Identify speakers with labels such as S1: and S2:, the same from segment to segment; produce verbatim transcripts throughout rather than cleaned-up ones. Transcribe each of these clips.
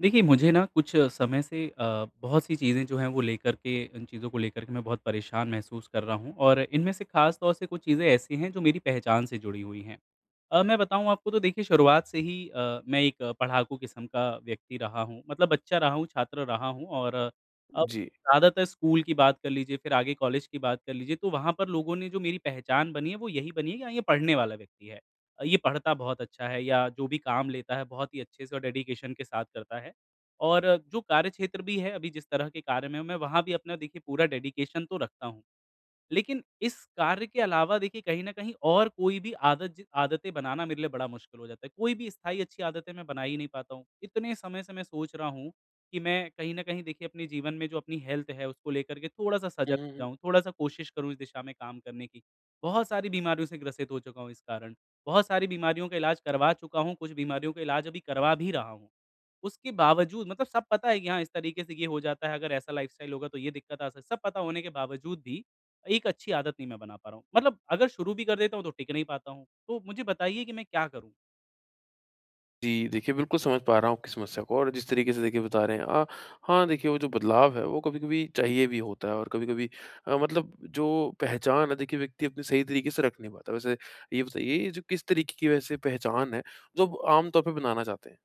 S1: देखिए, मुझे ना कुछ समय से अ, बहुत सी चीज़ें जो हैं वो लेकर के इन चीज़ों को लेकर के मैं बहुत परेशान महसूस कर रहा हूँ और इनमें से ख़ास तौर से कुछ चीज़ें ऐसी हैं जो मेरी पहचान से जुड़ी हुई हैं। अ, मैं बताऊँ आपको तो देखिए, शुरुआत से ही अ, मैं एक अ, पढ़ाकू किस्म का व्यक्ति रहा हूँ, मतलब बच्चा रहा हूँ, छात्र रहा हूँ और अ, अब
S2: जी।
S1: ज़्यादातर स्कूल की बात कर लीजिए, फिर आगे कॉलेज की बात कर लीजिए, तो वहाँ पर लोगों ने जो मेरी पहचान बनी है, वो यही बनी है कि हाँ, ये पढ़ने वाला व्यक्ति है। अ, ये पढ़ता बहुत अच्छा है, या जो भी काम लेता है बहुत ही अच्छे से और डेडिकेशन के साथ करता है। और जो कार्यक्षेत्र भी है, अभी जिस तरह के कार्य में हूँ मैं, वहाँ भी अपना देखिए पूरा डेडिकेशन तो रखता हूँ। लेकिन इस कार्य के अलावा देखिए, कहीं न कहीं और कोई भी आदत ज आदतें बनाना मेरे लिए बड़ा मुश्किल हो जाता है। कोई भी स्थायी अच्छी आदतें मैं बना ही नहीं पाता हूँ। इतने समय से मैं सोच रहा हूँ कि मैं कहीं न कहीं देखिए अपने जीवन में जो अपनी हेल्थ है, उसको लेकर के थोड़ा-सा सजग
S2: हुँ, हुँ,
S1: हो
S2: हुँ।
S1: जाऊँ, थोड़ा-सा कोशिश करूँ इस दिशा में काम करने की। बहुत सारी बीमारियों से ग्रसित हो चुका हूँ इस कारण। बहुत सारी बीमारियों का इलाज करवा चुका हूँ, कुछ बीमारियों का इलाज अभी करवा भी रहा हूँ। उसके बावजूद मतलब सब पता है कि हाँ, इस तरीके से ये हो जाता है, अगर ऐसा लाइफ़स्टाइल होगा तो ये दिक्कत आ सक सब पता होने के बावजूद भी एक अच्छी आदत नहीं मैं बना पा रहा हूँ। मतलब अगर शुरू भी कर देता हूँ तो टिक नहीं पाता हूँ। तो मुझे बताइए कि मैं क्या करूँ?
S2: जी, देखिए बिल्कुल समझ पा रहा हूँ आपकी समस्या को और जिस तरीके से देखिए बता रहे हैं। अ, हाँ, देखिए वो जो बदलाव है वो कभी-कभी चाहिए भी होता है और कभी-कभी अ, मतलब जो पहचान है देखिए व्यक्ति अपनी सही तरीके से रख नहीं पाता। वैसे ये बताइए ये जो किस तरीके की वैसे पहचान है जो आप आम तौर पे बनाना चाहते हैं?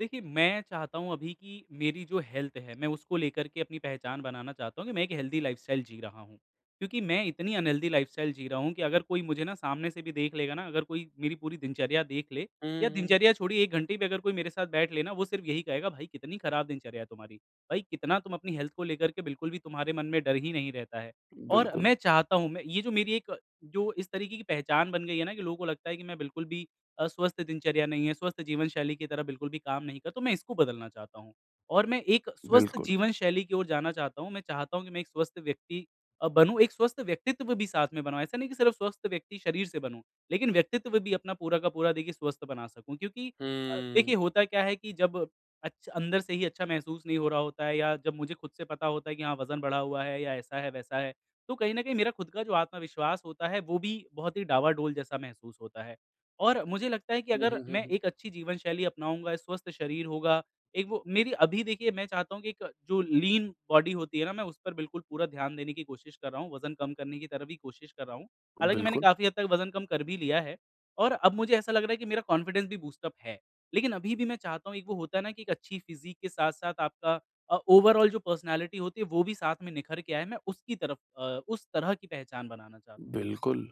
S1: देखिए, मैं चाहता हूँ अभी कि मेरी जो हेल्थ है, मैं उसको लेकर के अपनी पहचान बनाना चाहता हूँ कि मैं एक हेल्दी लाइफ़स्टाइल जी रहा हूँ। क्योंकि मैं इतनी अनहेल्दी लाइफ़स्टाइल जी रहा हूँ कि अगर कोई मुझे ना सामने से भी देख लेगा ना, अगर कोई मेरी पूरी दिनचर्या देख ले,
S2: हुँ,
S1: या
S2: हुँ।
S1: दिनचर्या छोड़िए, एक घंटे भी अगर कोई मेरे साथ बैठ ले ना, वो सिर्फ़ यही कहेगा, "भाई, कितनी ख़राब दिनचर्या है तुम्हारी। भाई, कितना तुम अपनी हेल्थ को लेकर के बिल्कुल भी तुम्हारे मन में डर ही नहीं रहता है।" और
S2: बिल्कुल,
S1: मैं चाहता हूँ, मैं ये जो मेरी एक जो इस तरीके की पहचान बन गई है ना, कि लोगों को लगता है कि मैं बिल्कुल भी अ, स्वस्थ दिनचर्या नहीं है, स्वस्थ जीवन शैली की तरह बिल्कुल भी काम नहीं करता, तो मैं इसको बदलना चाहता हूँ। और मैं एक स्वस्थ
S2: बिल्कुल।
S1: जीवन शैली की ओर जाना चाहता हूँ, मैं चाहता हूँ कि मैं एक स्वस्थ व्यक्ति अ, बनूँ, एक स्वस्थ व्यक्तित्व भी साथ में बनाऊँ। ऐसा नहीं कि सिर्फ़ स्वस्थ व्यक्ति शरीर से बनूँ, लेकिन व्यक्तित्व भी अपना पूरा का पूरा देखिए स्वस्थ बना सकूँ। क्योंकि अ,
S2: हुँ।
S1: देखिए, होता क्या है कि जब अच्छ अंदर से ही अच्छा महसूस नहीं हो रहा होता है, या जब मुझे खुद से पता होता है कि हाँ, वज़न बढ़ा हुआ है या ऐसा है, वैसा है, तो कहीं न कहीं मेरा खुद का जो आत्मविश्वास होता है, वो भी बहुत ही डावाडोल जैसा महसूस होता है। और मुझे लगता है कि
S2: हुँ,
S1: अगर
S2: हुँ, हुँ,
S1: मैं
S2: हुँ।
S1: एक अच्छी जीवन शैली अपनाऊँगा, स्वस्थ शरीर होगा, एक वो मेरी अभी देखिए, मैं चाहता हूँ कि एक जो लीन बॉडी होती है ना, मैं उस पर बिल्कुल पूरा ध्यान देने की कोशिश कर रहा हूँ, वज़न कम करने की तरफ ही कोशिश कर रहा हूँ। हालाँकि मैंने
S2: बिल्कुल,
S1: काफ़ी हद तक वज़न कम कर भी लिया है और अब मुझे ऐसा लग रहा है कि मेरा कॉन्फिडेंस भी बूस्ट अप है। लेकिन अभी भी मैं चाहता हूँ, एक वो होता है ना कि एक अच्छी फ़िज़ीक के साथ-साथ आपका अ, ओवरऑल जो पर्सनैलिटी होती है, वो भी साथ में निखर के आए, मैं उसकी तरफ, अ, उस तरह की पहचान बनाना चाहता हूँ।
S2: बिल्कुल।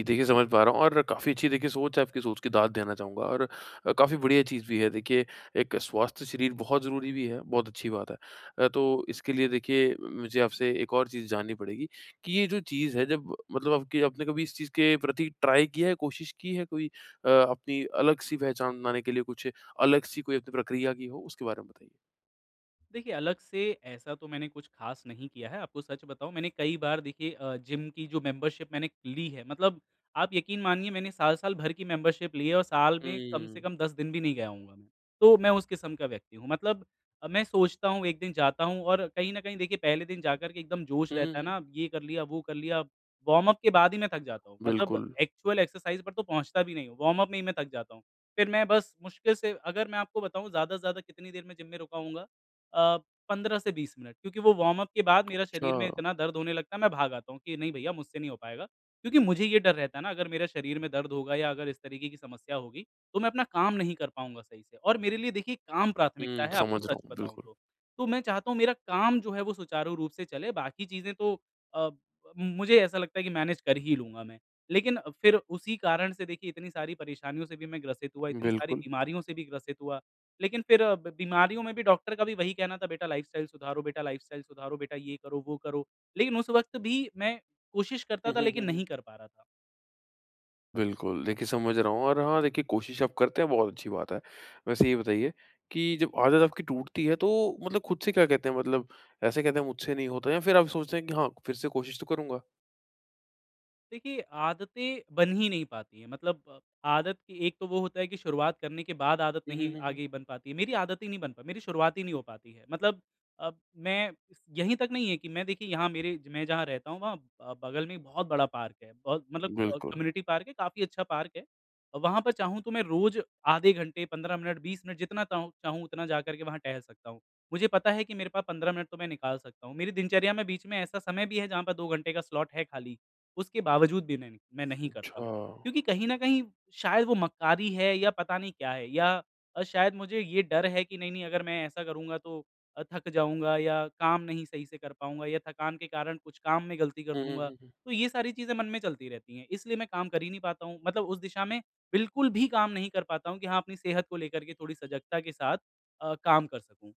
S2: जी, देखिए, समझ पा रहा हूँ और काफ़ी अच्छी देखिए सोच है आपकी, सोच की दाद देना चाहूँगा और अ, काफ़ी बढ़िया चीज़ भी है। देखिए, एक स्वस्थ शरीर बहुत ज़रूरी भी है, बहुत अच्छी बात है। अ, तो इसके लिए देखिए मुझे आपसे एक और चीज़ जाननी पड़ेगी कि ये जो चीज़ है जब मतलब आपकी आपने कभी इस चीज़ के प्रति ट्राई किया है, कोशिश की है कोई अ, अपनी अलग-सी पहचान बनाने के लिए कुछ अलग-सी कोई अपनी प्रक्रिया की हो? उसके बारे में बताइए।
S1: देखिए, अलग से ऐसा तो मैंने कुछ ख़ास नहीं किया है। आपको सच बताऊँ, मैंने कई बार देखिए अ, जिम की जो मेंबरशिप मैंने ली है, मतलब आप यकीन मानिए, मैंने साल-साल भर की मेंबरशिप ली है और साल में कम से
S2: हुँ।
S1: कम दस दिन भी नहीं गया होऊँगा मैं। तो मैं उस किस्म का व्यक्ति हूँ। मतलब अ, मैं सोचता हूँ एक दिन जाता हूँ और कहीं न कहीं देखिए पहले दिन जाकर के एकदम जोश
S2: हुँ, हुँ,
S1: रहता है
S2: हुँ।
S1: ना, ये कर लिया, वो कर लिया। वार्म अप के बाद ही मैं थक जाता हूँ। मतलब
S2: बिल्कुल।
S1: एक्चुअल एक्सरसाइज़ पर तो पहुँचता भी नहीं हूँ। वार्म अप में ही मैं थक जाता हूँ। फिर मैं बस मुश्किल से, अगर मैं आपको बताऊँ, ज़्यादा से ज़्यादा कितनी देर मैं जिम में रुका होऊँगा? अ, पंद्रह से बीस मिनट, क्योंकि वो वार्म अप के बाद मेरा
S2: अच्छा।
S1: शरीर में इतना दर्द होने लगता है, मैं भाग आता हूँ कि नहीं भैया, मुझसे नहीं हो पाएगा। क्योंकि मुझे ये डर रहता है ना, अगर मेरे शरीर में दर्द होगा या अगर इस तरीके की समस्या होगी, तो मैं अपना काम नहीं कर पाऊँगा सही से, और मेरे लिए देखिए काम प्राथमिकता
S2: हुँ,
S1: है, आपको
S2: समझ रहा
S1: सच
S2: हूँ,
S1: बताऊँ
S2: बिल्कुल।
S1: तो। तो मैं चाहता हूँ मेरा काम जो है वो सुचारू रूप से चले, बाकी चीज़ें तो अ, मुझे ऐसा लगता है कि मैनेज कर ही लूँगा मैं। लेकिन फिर उसी कारण से देखिए, इतनी सारी परेशानियों से भी मैं ग्रसित हुआ, इतनी सारी
S2: बिल्कुल।
S1: बीमारियों से भी ग्रसित हुआ। लेकिन फिर अ, ब बीमारियों में भी डॉक्टर का भी वही कहना था, "बेटा, लाइफ़स्टाइल सुधारो, बेटा, लाइफ़स्टाइल सुधारो, बेटा, ये करो, वो करो।" लेकिन उस वक़्त भी मैं कोशिश करता
S2: हुँ,
S1: था,
S2: हुँ,
S1: लेकिन
S2: हुँ, हुँ।
S1: नहीं कर पा रहा था।
S2: बिल्कुल, देखिए समझ रहा हूँ और हाँ, देखिए कोशिश आप करते हैं, बहुत अच्छी बात है। वैसे ये बताइए कि जब आदत आपकी टूटती है तो मतलब खुद से क्या कहते हैं? मतलब ऐसे कहते हैं मुझसे नहीं होता, या फिर आप सोचते हैं कि हाँ, फिर से कोशिश तो करूँगा?
S1: देखिए, आदतें बन ही नहीं पाती हैं। मतलब अ, आदत की, एक तो वो होता है कि शुरुआत करने के बाद आदत
S2: हुँ, हुँ,
S1: नहीं
S2: हुँ, हुँ।
S1: आगे बन पाती है। मेरी आदत ही नहीं बन पा मेरी शुरुआत ही नहीं हो पाती है। मतलब अब मैं इस- यहीं तक नहीं है कि मैं देखिए, यहाँ मेरे मैं जहाँ रहता हूँ, वहाँ अ, बगल में एक बहुत बड़ा पार्क है। बहुत मतलब अ,
S2: बिल्कुल,
S1: कम्युनिटी पार्क है, काफ़ी अच्छा पार्क है। वहाँ पर चाहूँ तो मैं रोज़ आधे घंटे, पंद्रह मिनट, बीस मिनट, जितना ताहूँ चाहूँ उतना जा कर के वहाँ टहल सकता हूँ। मुझे पता है कि मेरे पास पंद्रह मिनट तो मैं निकाल सकता हूँ। मेरी दिनचर्या में बीच में ऐसा समय भी है जहाँ पर दो घंटे का स्लॉट है खाली। उसके बावजूद भी नहीं, मैं नहीं करता
S2: अच्छा।
S1: हूँ। क्योंकि कहीं न कहीं शायद वो मक्कारी है, या पता नहीं क्या है, या अ, शायद मुझे ये डर है कि नहीं-नहीं, अगर मैं ऐसा करूँगा तो अ, थक जाऊँगा या काम नहीं सही से कर पाऊँगा या थकान के कारण कुछ काम में गलती कर
S2: हुँ,
S1: दूँगा।
S2: हुँ, हुँ।
S1: तो ये सारी चीज़ें मन में चलती रहती हैं, इसलिए मैं काम कर ही नहीं पाता हूँ। मतलब उस दिशा में बिल्कुल भी काम नहीं कर पाता हूँ कि हाँ, अपनी सेहत को लेकर के थोड़ी सजगता के साथ अ, काम कर सकूँ।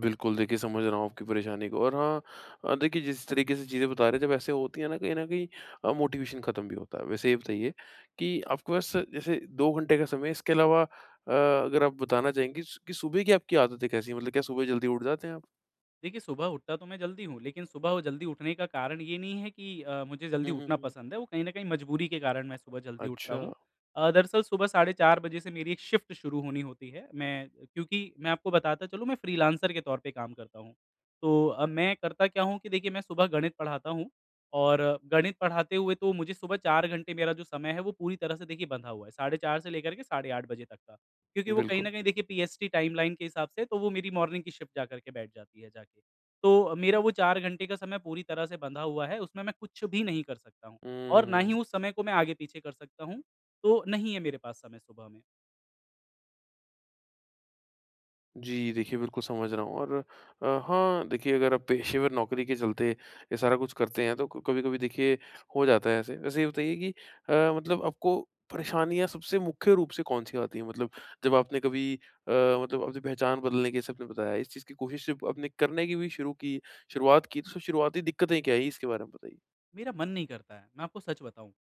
S2: बिल्कुल, देखिए समझ रहा हूँ आपकी परेशानी को। और हाँ, अ, देखिए जिस तरीके से चीज़ें बता रहे हैं जब ऐसे होती हैं ना, कहीं न कहीं अ, मोटिवेशन ख़त्म भी होता है। वैसे ये बताइए कि आपके पास जैसे दो घंटे का समय है, इसके अलावा अ, अगर आप बताना चाहेंगे स कि सुबह की आपकी आदतें कैसी हैं? मतलब क्या सुबह जल्दी उठ जाते हैं आप?
S1: देखिए, सुबह उठता तो मैं जल्दी हूँ, लेकिन सुबह वो जल्दी उठने का कारण ये नहीं है कि अ, मुझे जल्दी
S2: हुँ, हुँ,
S1: उठना
S2: हुँ।
S1: पसंद है, वो कहीं न कहीं मजबूरी के कारण मैं सुबह जल्दी उठता
S2: अच्छा,
S1: हूँ। अ, दरअसल सुबह साढ़े चार बजे से मेरी एक शिफ्ट शुरू होनी होती है। मैं, क्योंकि मैं आपको बताता चलूँ, मैं फ्रीलांसर के तौर पे काम करता हूँ। तो अब मैं करता क्या हूँ कि देखिए, मैं सुबह गणित पढ़ाता हूँ और अ, गणित पढ़ाते हुए तो मुझे सुबह चार घंटे, मेरा जो समय है वो पूरी तरह से देखिए बंधा हुआ है, साढ़े चार से लेकर के साढ़े आठ बजे तक का। क्योंकि वो कहीं
S2: बिल्कुल।
S1: न कहीं देखिए पीएसटी टाइमलाइन के हिसाब से तो वो मेरी मॉर्निंग की शिफ्ट जाकर के बैठ जाती है जाके। तो मेरा वो चार घंटे का समय पूरी तरह से बँधा हुआ है, उसमें मैं कुछ भी नहीं कर सकता हूँ और ना ही
S2: हुँ।
S1: उस समय को मैं आगे-पीछे कर सकता हूँ। तो नहीं है मेरे पास समय सुबह में।
S2: जी, देखिए बिल्कुल समझ रहा हूँ। और अ, हाँ, देखिए अगर आप पेशेवर नौकरी के चलते ये सारा कुछ करते हैं तो क कभी-कभी देखिए हो जाता है ऐसे। वैसे ये बताइए कि अ, मतलब आपको परेशानियाँ सबसे मुख्य रूप से कौन-सी आती हैं? मतलब जब आपने कभी अ, मतलब अपनी पहचान बदलने की, जैसे आपने बताया, इस चीज़ की कोशिश जब आपने करने की भी शुरू की शुरुआत की, तो सब शुरुआती दिक्कतें क्या आई इसके बारे में बताइए?
S1: मेरा मन नहीं करता है, मैं आपको सच बताऊँ।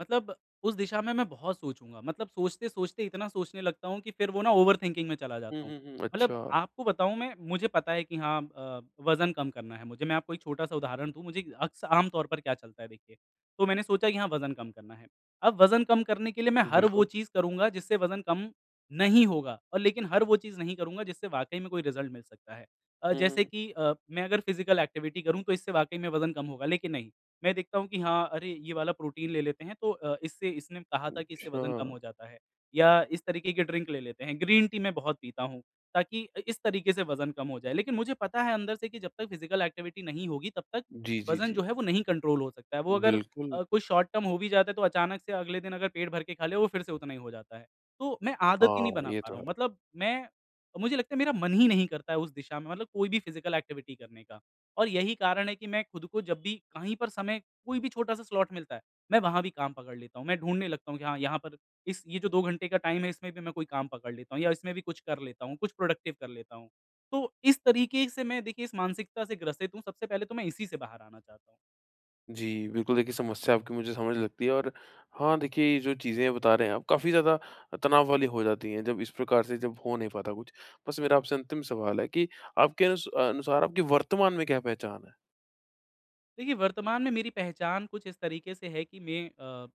S1: मतलब उस दिशा में मैं बहुत सोचूँगा, मतलब सोचते-सोचते इतना सोचने लगता हूँ कि फिर वो ना ओवरथिंकिंग में चला
S2: हुँ,
S1: जाता हूँ।
S2: हुँ, हुँ,
S1: मतलब
S2: अच्छा।
S1: आपको बताऊँ, मैं मुझे पता है कि हाँ, अ, वज़न कम करना है मुझे। मैं आपको एक छोटा-सा उदाहरण दूँ, मुझे अक्सर आम तौर पर क्या चलता है देखिए, तो मैंने सोचा कि हाँ, वज़न कम करना है। अब वज़न कम करने के लिए मैं हर वो
S2: बिल्कुल।
S1: चीज़ करूँगा जिससे वज़न कम नहीं होगा, और लेकिन हर वो चीज़ नहीं करूँगा जिससे वाक़ई में कोई रिज़ल्ट मिल सकता है। अ,
S2: हुँ,
S1: जैसे
S2: हुँ,
S1: कि अ, मैं अगर फ़िज़िकल एक्टिविटी करूँ तो इससे वाक़ई में वज़न कम होगा, लेकिन नहीं। मैं देखता हूँ कि हाँ, अरे! ये वाला प्रोटीन ले लेते हैं तो अ, इससे, इसने कहा
S2: हुँ।
S1: था कि इससे
S2: अच्छा।
S1: वज़न कम हो जाता है, या इस तरीके की ड्रिंक ले लेते हैं। ग्रीन टी मैं बहुत पीता हूँ ताकि अ, इस तरीके से वज़न कम हो जाए। लेकिन मुझे पता है अंदर से कि जब तक फिज़िकल एक्टिविटी नहीं होगी तब तक
S2: जी, जी,
S1: वज़न
S2: जी।
S1: जो है वो नहीं कंट्रोल हो सकता है। वो अगर
S2: बिल्कुल।
S1: अ, कोई शॉर्ट टर्म हो भी जाता है तो अचानक से अगले दिन अगर पेट भर के खा लिया, वो फिर से उतना ही हो जाता है। तो मैं आदत ही
S2: हाँ,
S1: नहीं बना
S2: ये
S1: पा
S2: तो
S1: रहा
S2: है।
S1: हूँ। मतलब मैं मुझे लगता है मेरा मन ही नहीं करता है उस दिशा में, मतलब कोई भी फिज़िकल एक्टिविटी करने का। और यही कारण है कि मैं खुद को जब भी कहीं पर समय, कोई भी छोटा-सा स्लॉट मिलता है, मैं वहाँ भी काम पकड़ लेता हूँ। मैं ढूँढने लगता हूँ कि हाँ, यहाँ पर इस ये जो दो घंटे का टाइम है इसमें भी मैं कोई काम पकड़ लेता हूँ, या इसमें भी कुछ कर लेता हूँ, कुछ प्रोडक्टिव कर लेता हूँ। तो इस तरीके से मैं देखिए इस मानसिकता से ग्रसित हूँ, सबसे पहले तो मैं इसी से बाहर आना चाहता हूँ।
S2: जी, बिल्कुल देखिए समस्या आपकी मुझे समझ लगती है। और हाँ, देखिए ये जो चीज़ें बता रहे हैं आप, काफ़ी ज़्यादा तनाव वाली हो जाती हैं जब इस प्रकार से जब हो नहीं पाता कुछ। बस मेरा आपसे अंतिम सवाल है कि आपके अनुस अनुसार आपकी वर्तमान में क्या पहचान है?
S1: देखिए, वर्तमान में मेरी पहचान कुछ इस तरीके से है कि मैं अ,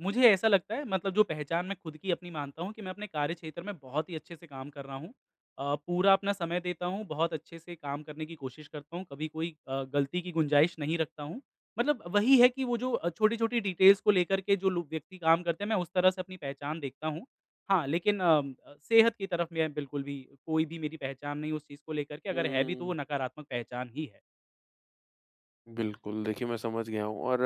S1: मुझे ऐसा लगता है, मतलब जो पहचान मैं खुद की अपनी मानता हूँ कि मैं अपने कार्य क्षेत्र में बहुत ही अच्छे से काम कर रहा हूँ। अ, पूरा अपना समय देता हूँ, बहुत अच्छे से काम करने की कोशिश करता हूँ, कभी कोई अ, गलती की गुंजाइश नहीं रखता हूँ। मतलब वही है कि वो जो अ, छोटी-छोटी डिटेल्स को लेकर के जो लोग, व्यक्ति काम करते हैं, मैं उस तरह से अपनी पहचान देखता हूँ। हाँ, लेकिन अम, अ, सेहत की तरफ मैं बिल्कुल भी कोई भी मेरी पहचान नहीं, उस चीज़ को लेकर के अगर है भी तो
S2: हुँ।
S1: वो नकारात्मक पहचान ही है।
S2: बिल्कुल, देखिए मैं समझ गया हूँ। और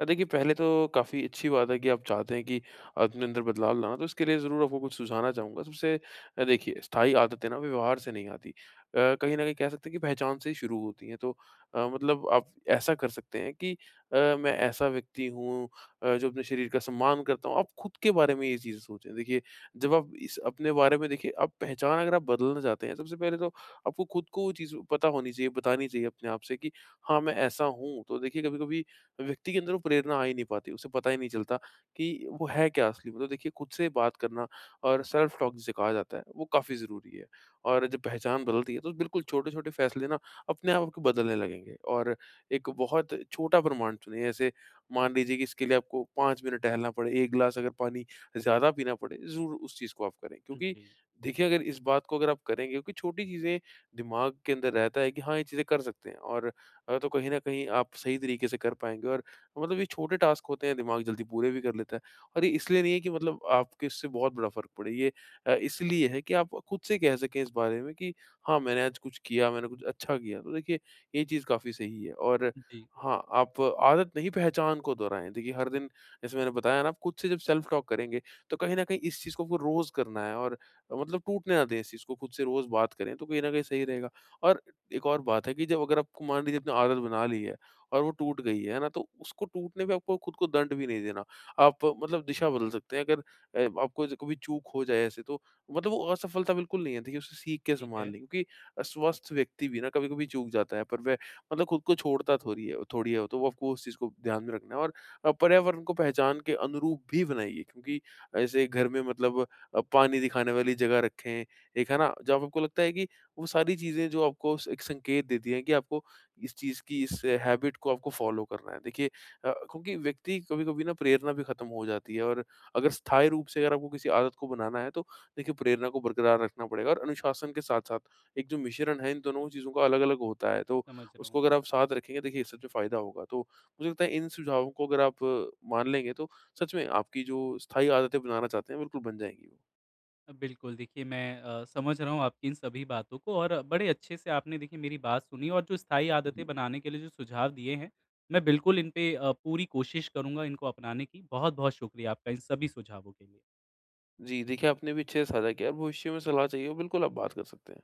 S2: अ, देखिए पहले तो काफ़ी अच्छी बात है कि आप चाहते हैं कि अपने अंदर बदलाव लाना, तो इसके लिए ज़रूर आपको कुछ सुझाना चाहूँगा। सबसे अ, देखिए स्थायी आदतें ना व्यवहार से नहीं आती। अ, कहीं न कहीं कह सकते हैं कि पहचान से ही शुरू होती हैं। तो अ, मतलब आप ऐसा कर सकते हैं कि अ, मैं ऐसा व्यक्ति हूँ अ, जो अपने शरीर का सम्मान करता हूँ। आप खुद के बारे में ये चीज़ें सोचें। देखिए, जब आप इस अपने बारे में देखिए आप पहचान अगर आप बदलना चाहते हैं, सबसे पहले तो आपको खुद को वो चीज़ पता होनी चाहिए, बतानी चाहिए अपने आप से कि हाँ, मैं ऐसा हूँ। तो देखिए कभी-कभी व्यक्ति के अंदर वो प्रेरणा आ ही नहीं पाती, उसे पता ही नहीं चलता कि वो है क्या असली में। तो देखिए खुद से बात करना और सेल्फ टॉक जिसे कहा जाता है, वो काफ़ी ज़रूरी है। और जब पहचान बदलती है तो बिल्कुल छोटे-छोटे फैसले ना अपने आप आपके बदलने लगेंगे। और एक बहुत छोटा प्रमाण चुनिए। जैसे मान लीजिए कि इसके लिए आपको पाँच मिनट टहलना पड़े, एक गिलास अगर पानी ज़्यादा पीना पड़े, ज़रूर उस चीज़ को आप करें। क्योंकि
S1: जी।
S2: देखिए अगर इस बात को अगर आप करेंगे, क्योंकि छोटी चीज़ें दिमाग के अंदर रहता है कि हाँ, ये चीज़ें कर सकते हैं, और अ, तो कहीं न कहीं आप सही तरीके से कर पाएँगे। और मतलब ये छोटे टास्क होते हैं, दिमाग जल्दी पूरे भी कर लेता है। और ये इसलिए नहीं है कि मतलब आपके इससे बहुत बड़ा फ़र्क पड़े। ये अ, इसलिए है कि आप खुद से कह सकें इस बारे में कि हाँ, मैंने आज कुछ किया, मैंने कुछ अच्छा किया। तो देखिए, ये चीज़ काफ़ी सही है। और
S1: जी,
S2: हाँ, आप आदत नहीं, पहचान को दोहराएँ। देखिए, हर दिन जैसे मैंने बताया ना, आप खुद से जब सेल्फ टॉक करेंगे, तो कहीं न कहीं इस चीज़ को आपको रोज़ करना है। और मतलब टूटने ना दें इस चीज़ को, खुद से रोज़ बात करें, तो कहीं न कहीं सही रहेगा। और एक और बात है कि जब अगर आपको मान लीजिए आपने आदत बना ली है और वो टूट गई है, है ना? तो उसको टूटने पे आपको खुद को दंड भी नहीं देना। आप मतलब दिशा बदल सकते हैं अगर अ, आपको ज कभी चूक हो जाए ऐसे, तो मतलब वो असफलता बिल्कुल नहीं है। देखिए उसे सीख के
S1: ठीक
S2: संभाल
S1: है।
S2: लें, क्योंकि स्वस्थ व्यक्ति भी ना कभी-कभी चूक जाता है, पर वह मतलब खुद को छोड़ता थोड़ी है थोड़ी है। तो वो आपको उस चीज़ को ध्यान में रखना है। और अ, पर्यावरण को पहचान के अनुरूप भी बनाइए, क्योंकि ऐसे घर में मतलब अ, पानी दिखाने वाली जगह रखें। एक है ना, जब आपको लगता है कि वो सारी चीज़ें जो आपको स एक संकेत देती हैं कि आपको इस चीज़ की इस हैबिट को आपको फ़ॉलो करना है। देखिए अ, क्योंकि व्यक्ति कभी-कभी ना प्रेरणा भी ख़त्म हो जाती है। और अगर स्थायी रूप से अगर आपको किसी आदत को बनाना है, तो देखिए प्रेरणा को बरकरार रखना पड़ेगा, और अनुशासन के साथ-साथ एक जो मिश्रण है इन दोनों चीज़ों का अलग-अलग होता है, तो
S1: समझ रहा हूँ।
S2: उसको अगर आप साथ रखेंगे देखिए सच में फ़ायदा होगा। तो मुझे लगता है इन सुझावों को अगर आप अ, मान लेंगे तो सच में आपकी जो स्थायी आदतें बनाना चाहते हैं बिल्कुल बन जाएँगी वो।
S1: अ, बिल्कुल देखिए, मैं अ, समझ रहा हूँ आपकी इन सभी बातों को, और बड़े अच्छे से आपने देखिए मेरी बात सुनी और जो स्थायी आदतें बनाने के लिए जो सुझाव दिए हैं, मैं बिल्कुल इन पे अ, पूरी कोशिश करूँगा इनको अपनाने की। बहुत-बहुत शुक्रिया आपका इन सभी सुझावों के लिए।
S2: जी, देखिए आपने भी अच्छे से साझा किया, और भविष्य में सलाह चाहिए हो, बिल्कुल आप बात कर सकते हैं।